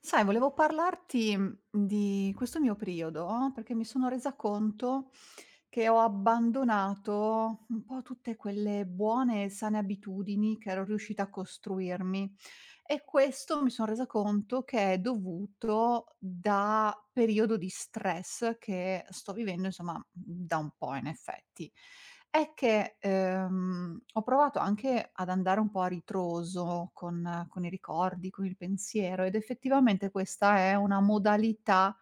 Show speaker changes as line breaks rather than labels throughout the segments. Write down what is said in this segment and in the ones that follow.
Sai, volevo parlarti, di questo mio periodo, perché mi sono resa conto che ho abbandonato un po' tutte quelle buone e sane abitudini che ero riuscita a costruirmi. E questo mi son resa conto che è dovuto da periodo di stress che sto vivendo, insomma, da un po' in effetti. È che, ho provato anche ad andare un po' a ritroso con i ricordi, con il pensiero ed effettivamente questa è una modalità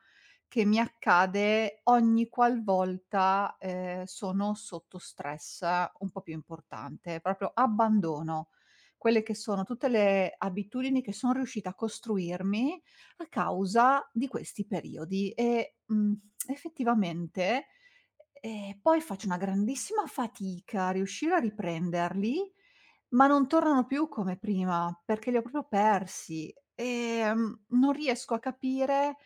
che mi accade ogni qualvolta, sono sotto stress un po' più importante, proprio abbandono quelle che sono tutte le abitudini che son riuscita a costruirmi a causa di questi periodi e, effettivamente, poi faccio una grandissima fatica a riuscire a riprenderli, ma non tornano più come prima, perché li ho proprio persi. Non riesco a capire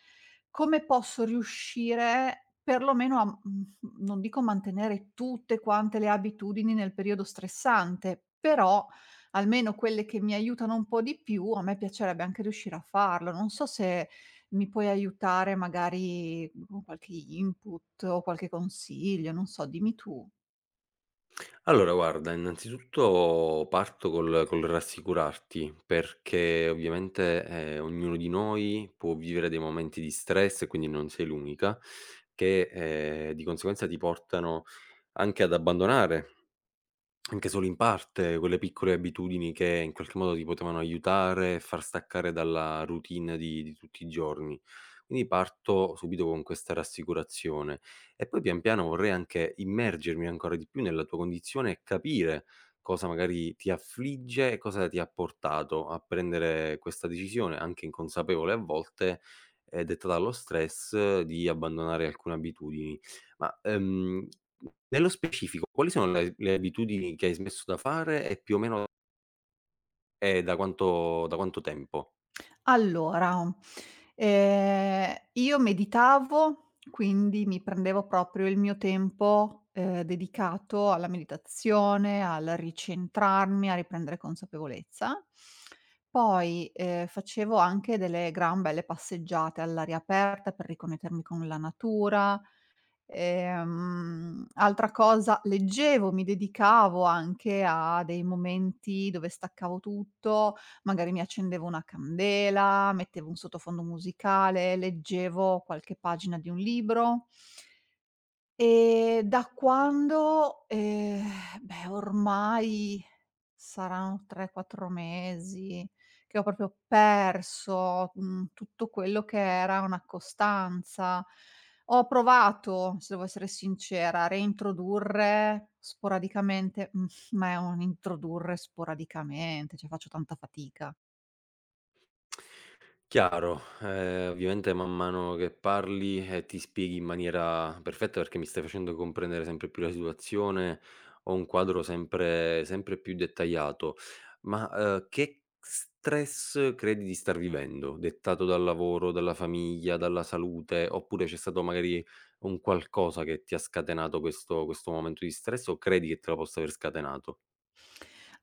come posso riuscire perlomeno a non dico mantenere tutte quante le abitudini nel periodo stressante, però almeno quelle che mi aiutano un po' di più, a me piacerebbe anche riuscire a farlo. Non so se mi puoi aiutare magari con qualche input o qualche consiglio, non so, dimmi tu.
Allora guarda, innanzitutto parto col rassicurarti, perché ovviamente, ognuno di noi può vivere dei momenti di stress, e quindi non sei l'unica, che, di conseguenza ti portano anche ad abbandonare anche solo in parte quelle piccole abitudini che in qualche modo ti potevano aiutare e far staccare dalla routine di tutti i giorni. Quindi parto subito con questa rassicurazione e poi pian piano vorrei anche immergermi ancora di più nella tua condizione e capire cosa magari ti affligge e cosa ti ha portato a prendere questa decisione, anche inconsapevole a volte, detta dallo stress, di abbandonare alcune abitudini. Ma nello specifico, quali sono le abitudini che hai smesso da fare e più o meno, da quanto tempo?
Allora, io meditavo, quindi mi prendevo proprio il mio tempo, dedicato alla meditazione, al ricentrarmi, a riprendere consapevolezza. Poi, facevo anche delle gran belle passeggiate all'aria aperta per riconnettermi con la natura. Altra cosa, leggevo, mi dedicavo anche a dei momenti dove staccavo tutto, magari mi accendevo una candela, mettevo un sottofondo musicale, leggevo qualche pagina di un libro. Da quando? Beh, ormai saranno 3, 4 mesi che ho proprio perso, tutto quello che era una costanza. Ho provato, se devo essere sincera, a reintrodurre sporadicamente, ma è un introdurre sporadicamente, cioè faccio tanta fatica.
Chiaro, ovviamente man mano che parli, ti spieghi in maniera perfetta perché mi stai facendo comprendere sempre più la situazione, ho un quadro sempre più dettagliato. Ma, che stress credi di star vivendo? Dettato dal lavoro, dalla famiglia, dalla salute, oppure c'è stato magari un qualcosa che ti ha scatenato questo momento di stress o credi che te lo possa aver scatenato?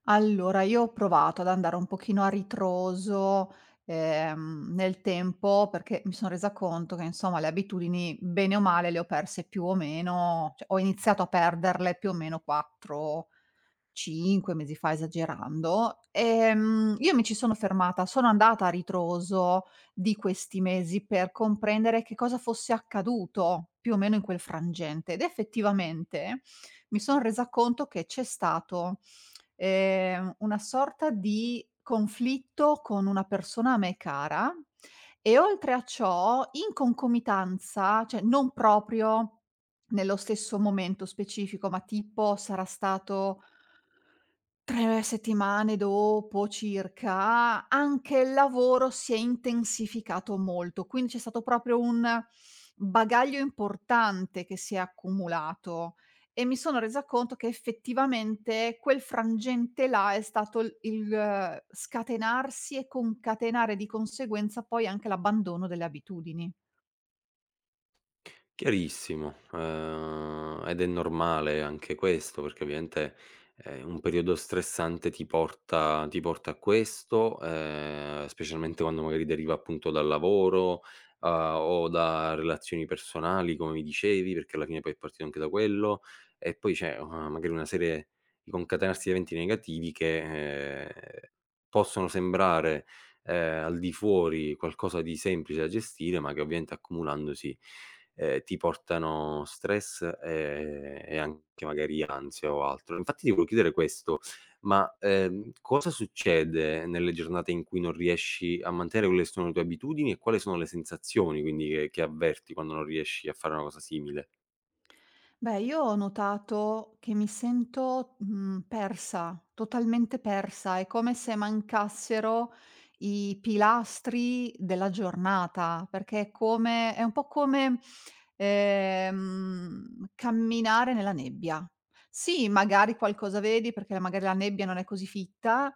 Allora, io ho provato ad andare un pochino a ritroso, nel tempo, perché mi sono resa conto che, insomma, le abitudini, bene o male, le ho perse più o meno cioè ho iniziato a perderle più o meno 4 5 mesi fa, esagerando, io mi ci sono fermata, sono andata a ritroso di questi mesi per comprendere che cosa fosse accaduto più o meno in quel frangente ed effettivamente mi son resa conto che c'è stato, una sorta di conflitto con una persona a me cara e oltre a ciò in concomitanza, cioè non proprio nello stesso momento specifico, ma tipo sarà stato 3 settimane dopo circa, anche il lavoro si è intensificato molto, quindi c'è stato proprio un bagaglio importante che si è accumulato e mi sono resa conto che effettivamente quel frangente là è stato il scatenarsi e concatenare di conseguenza poi anche l'abbandono delle abitudini.
Chiarissimo, ed è normale anche questo, perché ovviamente, un periodo stressante ti porta a questo, specialmente quando magari deriva appunto dal lavoro, a o da relazioni personali come mi dicevi, perché alla fine poi è partito anche da quello, e poi c'è, magari una serie di concatenarsi di eventi negativi che, possono sembrare, al di fuori qualcosa di semplice da gestire, ma che ovviamente accumulandosi ti portano stress, e anche magari ansia o altro. Infatti ti volevo chiedere questo: ma, cosa succede nelle giornate in cui non riesci a mantenere quelle che sono le tue abitudini e quali sono le sensazioni quindi che avverti quando non riesci a fare una cosa simile?
Beh, io ho notato che mi sento, persa, totalmente persa. È come se mancassero i pilastri della giornata, perché è come è un po' come, camminare nella nebbia. Sì, magari qualcosa vedi perché magari la nebbia non è così fitta,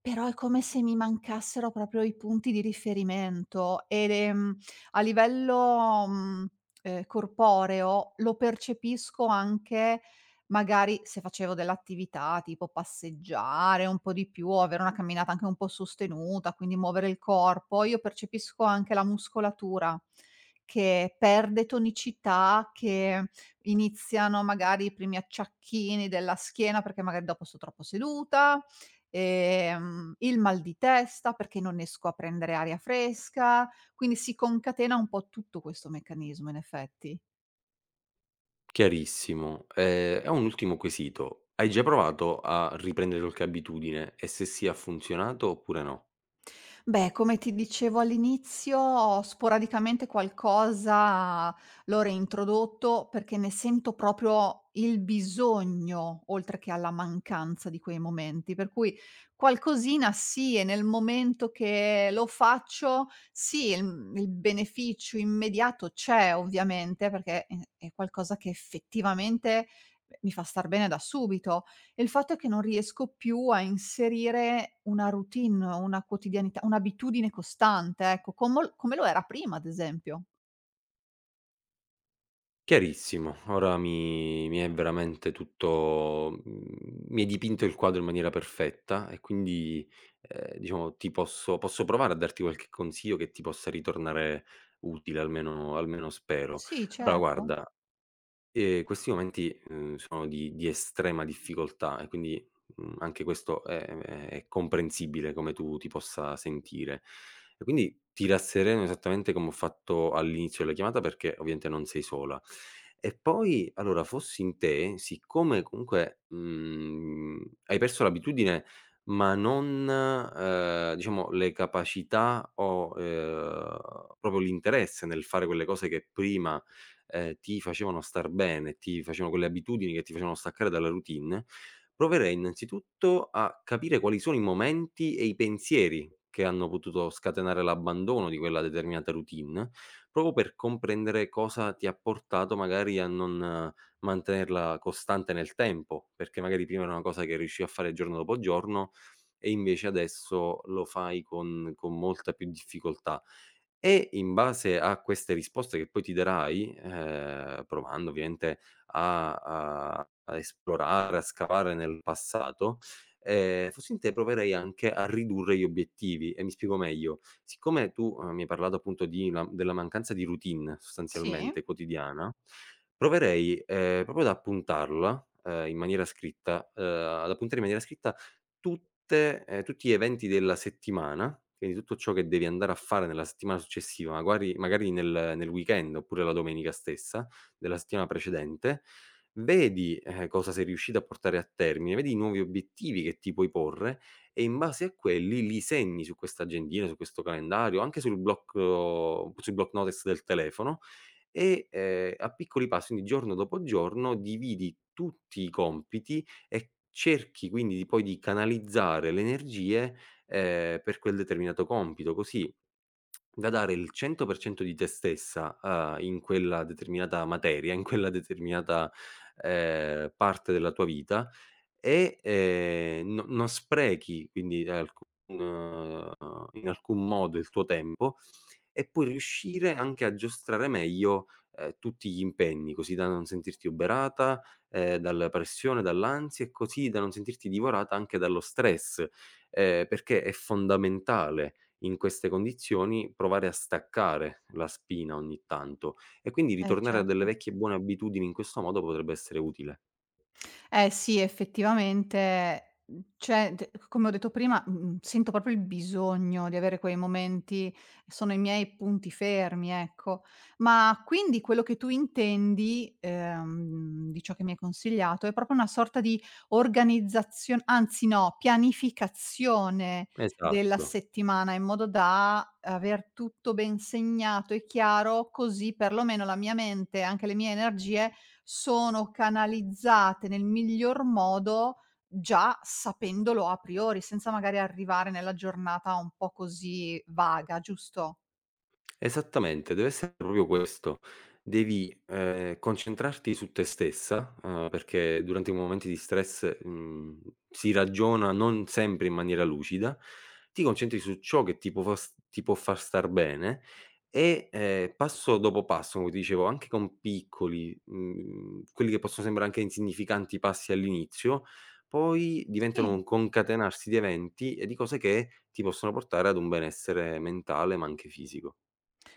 però è come se mi mancassero proprio i punti di riferimento ed a livello, mhmm corporeo lo percepisco anche magari se facevo dell'attività tipo passeggiare un po' di più o avere una camminata anche un po' sostenuta, quindi muovere il corpo, io percepisco anche la muscolatura che perde tonicità, che iniziano magari i primi acciacchini della schiena perché magari dopo sto troppo seduta, il mal di testa perché non esco a prendere aria fresca, quindi si concatena un po' tutto questo meccanismo in effetti.
Chiarissimo. E ho un ultimo quesito: hai già provato a riprendere qualche abitudine e se sì ha funzionato oppure no?
Beh, come ti dicevo all'inizio, sporadicamente qualcosa l'ho reintrodotto perché ne sento proprio il bisogno, oltre che alla mancanza di quei momenti. Per cui qualcosina sì, e nel momento che lo faccio, sì, il beneficio immediato c'è ovviamente, perché è qualcosa che effettivamente mi fa star bene da subito. E il fatto è che non riesco più a inserire una routine, una quotidianità, un'abitudine costante, ecco, come l come lo era prima, ad esempio.
Chiarissimo, ora mi è veramente tutto mhmm, mi hai dipinto il quadro in maniera perfetta e quindi, diciamo ti posso provare a darti qualche consiglio che ti possa ritornare utile, almeno spero.
Sì,
Allora
certo.
guarda. Questi momenti, sono di estrema difficoltà e quindi, mhmm, anche questo è comprensibile come tu ti possa sentire. E quindi ti rassereno esattamente come ho fatto all'inizio della chiamata, perché ovviamente non sei sola. E poi allora fossi in te, siccome comunque, mhmm, hai perso l'abitudine, ma non, diciamo le capacità o, proprio l'interesse nel fare quelle cose che prima ti facevano star bene, ti facevano quelle abitudini che ti facevano staccare dalla routine, proverei innanzitutto a capire quali sono i momenti e i pensieri che hanno potuto scatenare l'abbandono di quella determinata routine, proprio per comprendere cosa ti ha portato magari a non mantenerla costante nel tempo, perché magari prima era una cosa che riuscivi a fare giorno dopo giorno e invece adesso lo fai con molta più difficoltà. E in base a queste risposte che poi ti darai, provando ovviamente a esplorare, a scavare nel passato, fossi in te proverei anche a ridurre gli obiettivi e mi spiego meglio. Siccome tu, mi hai parlato appunto di la della mancanza di routine
Sì,
sostanzialmente quotidiana, proverei, proprio ad appuntarla, in maniera scritta, ad appuntare in maniera scritta tutte tutti gli eventi della settimana, quindi tutto ciò che devi andare a fare nella settimana successiva, maguari magari nel weekend oppure la domenica stessa della settimana precedente, vedi, cosa sei riuscito a portare a termine, vedi i nuovi obiettivi che ti puoi porre e in base a quelli li segni su questa agendina, su questo calendario, anche sul blocco sul block notice del telefono e, a piccoli passi, quindi giorno dopo giorno, dividi tutti i compiti e cerchi quindi di canalizzare le energie, per quel determinato compito, così da dare il 100% di te stessa, in quella determinata materia, in quella determinata, parte della tua vita e, non sprechi quindi alcun in alcun modo il tuo tempo e poi riuscire anche a giostrare meglio, tutti gli impegni, così da non sentirti uberata, dalla pressione, dall'ansia e così da non sentirti divorata anche dallo stress, perché è fondamentale in queste condizioni provare a staccare la spina ogni tanto e quindi
eh
ritornare a delle
certo.
vecchie buone abitudini in questo modo potrebbe essere utile.
Eh sì, effettivamente, cioè d come ho detto prima, sento proprio il bisogno di avere quei momenti, sono i miei punti fermi, ecco. Ma quindi quello che tu intendi, di ciò che mi hai consigliato, è proprio una sorta di organizzazio anzi no, pianificazione della
Esatto.
settimana in modo da aver tutto ben segnato e chiaro, così perlomeno la mia mente e anche le mie energie sono canalizzate nel miglior modo già sapendolo a priori, senza magari arrivare nella giornata un po' così vaga, giusto?
Esattamente, deve essere proprio questo. Devi, concentrarti su te stessa, perché durante i momenti di stress, mhmm, si ragiona non sempre in maniera lucida, ti concentri su ciò che ti può fa s ti può far star bene e, passo dopo passo, come ti dicevo, anche con piccoli, mhmm, quelli che possono sembrare anche insignificanti passi all'inizio, poi diventano un
Sì.
concatenarsi di eventi e di cose che ti possono portare ad un benessere mentale, ma anche fisico.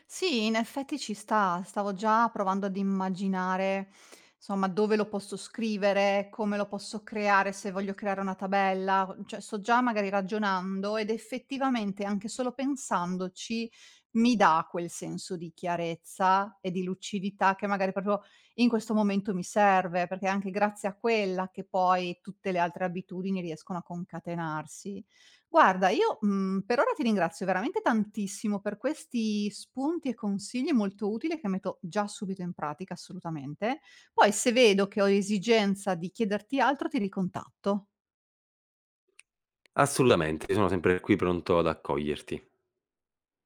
Sì, in effetti ci sta. Stavo già provando ad immaginare, insomma, dove lo posso scrivere, come lo posso creare, se voglio creare una tabella, cioè sto già magari ragionando ed effettivamente anche solo pensandoci mi dà quel senso di chiarezza e di lucidità che magari proprio in questo momento mi serve, perché è anche grazie a quella che poi tutte le altre abitudini riescono a concatenarsi. Guarda, io, per ora ti ringrazio veramente tantissimo per questi spunti e consigli molto utili che metto già subito in pratica assolutamente. Poi se vedo che ho esigenza di chiederti altro ti ricontatto.
Assolutamente, sono sempre qui pronto ad accoglierti.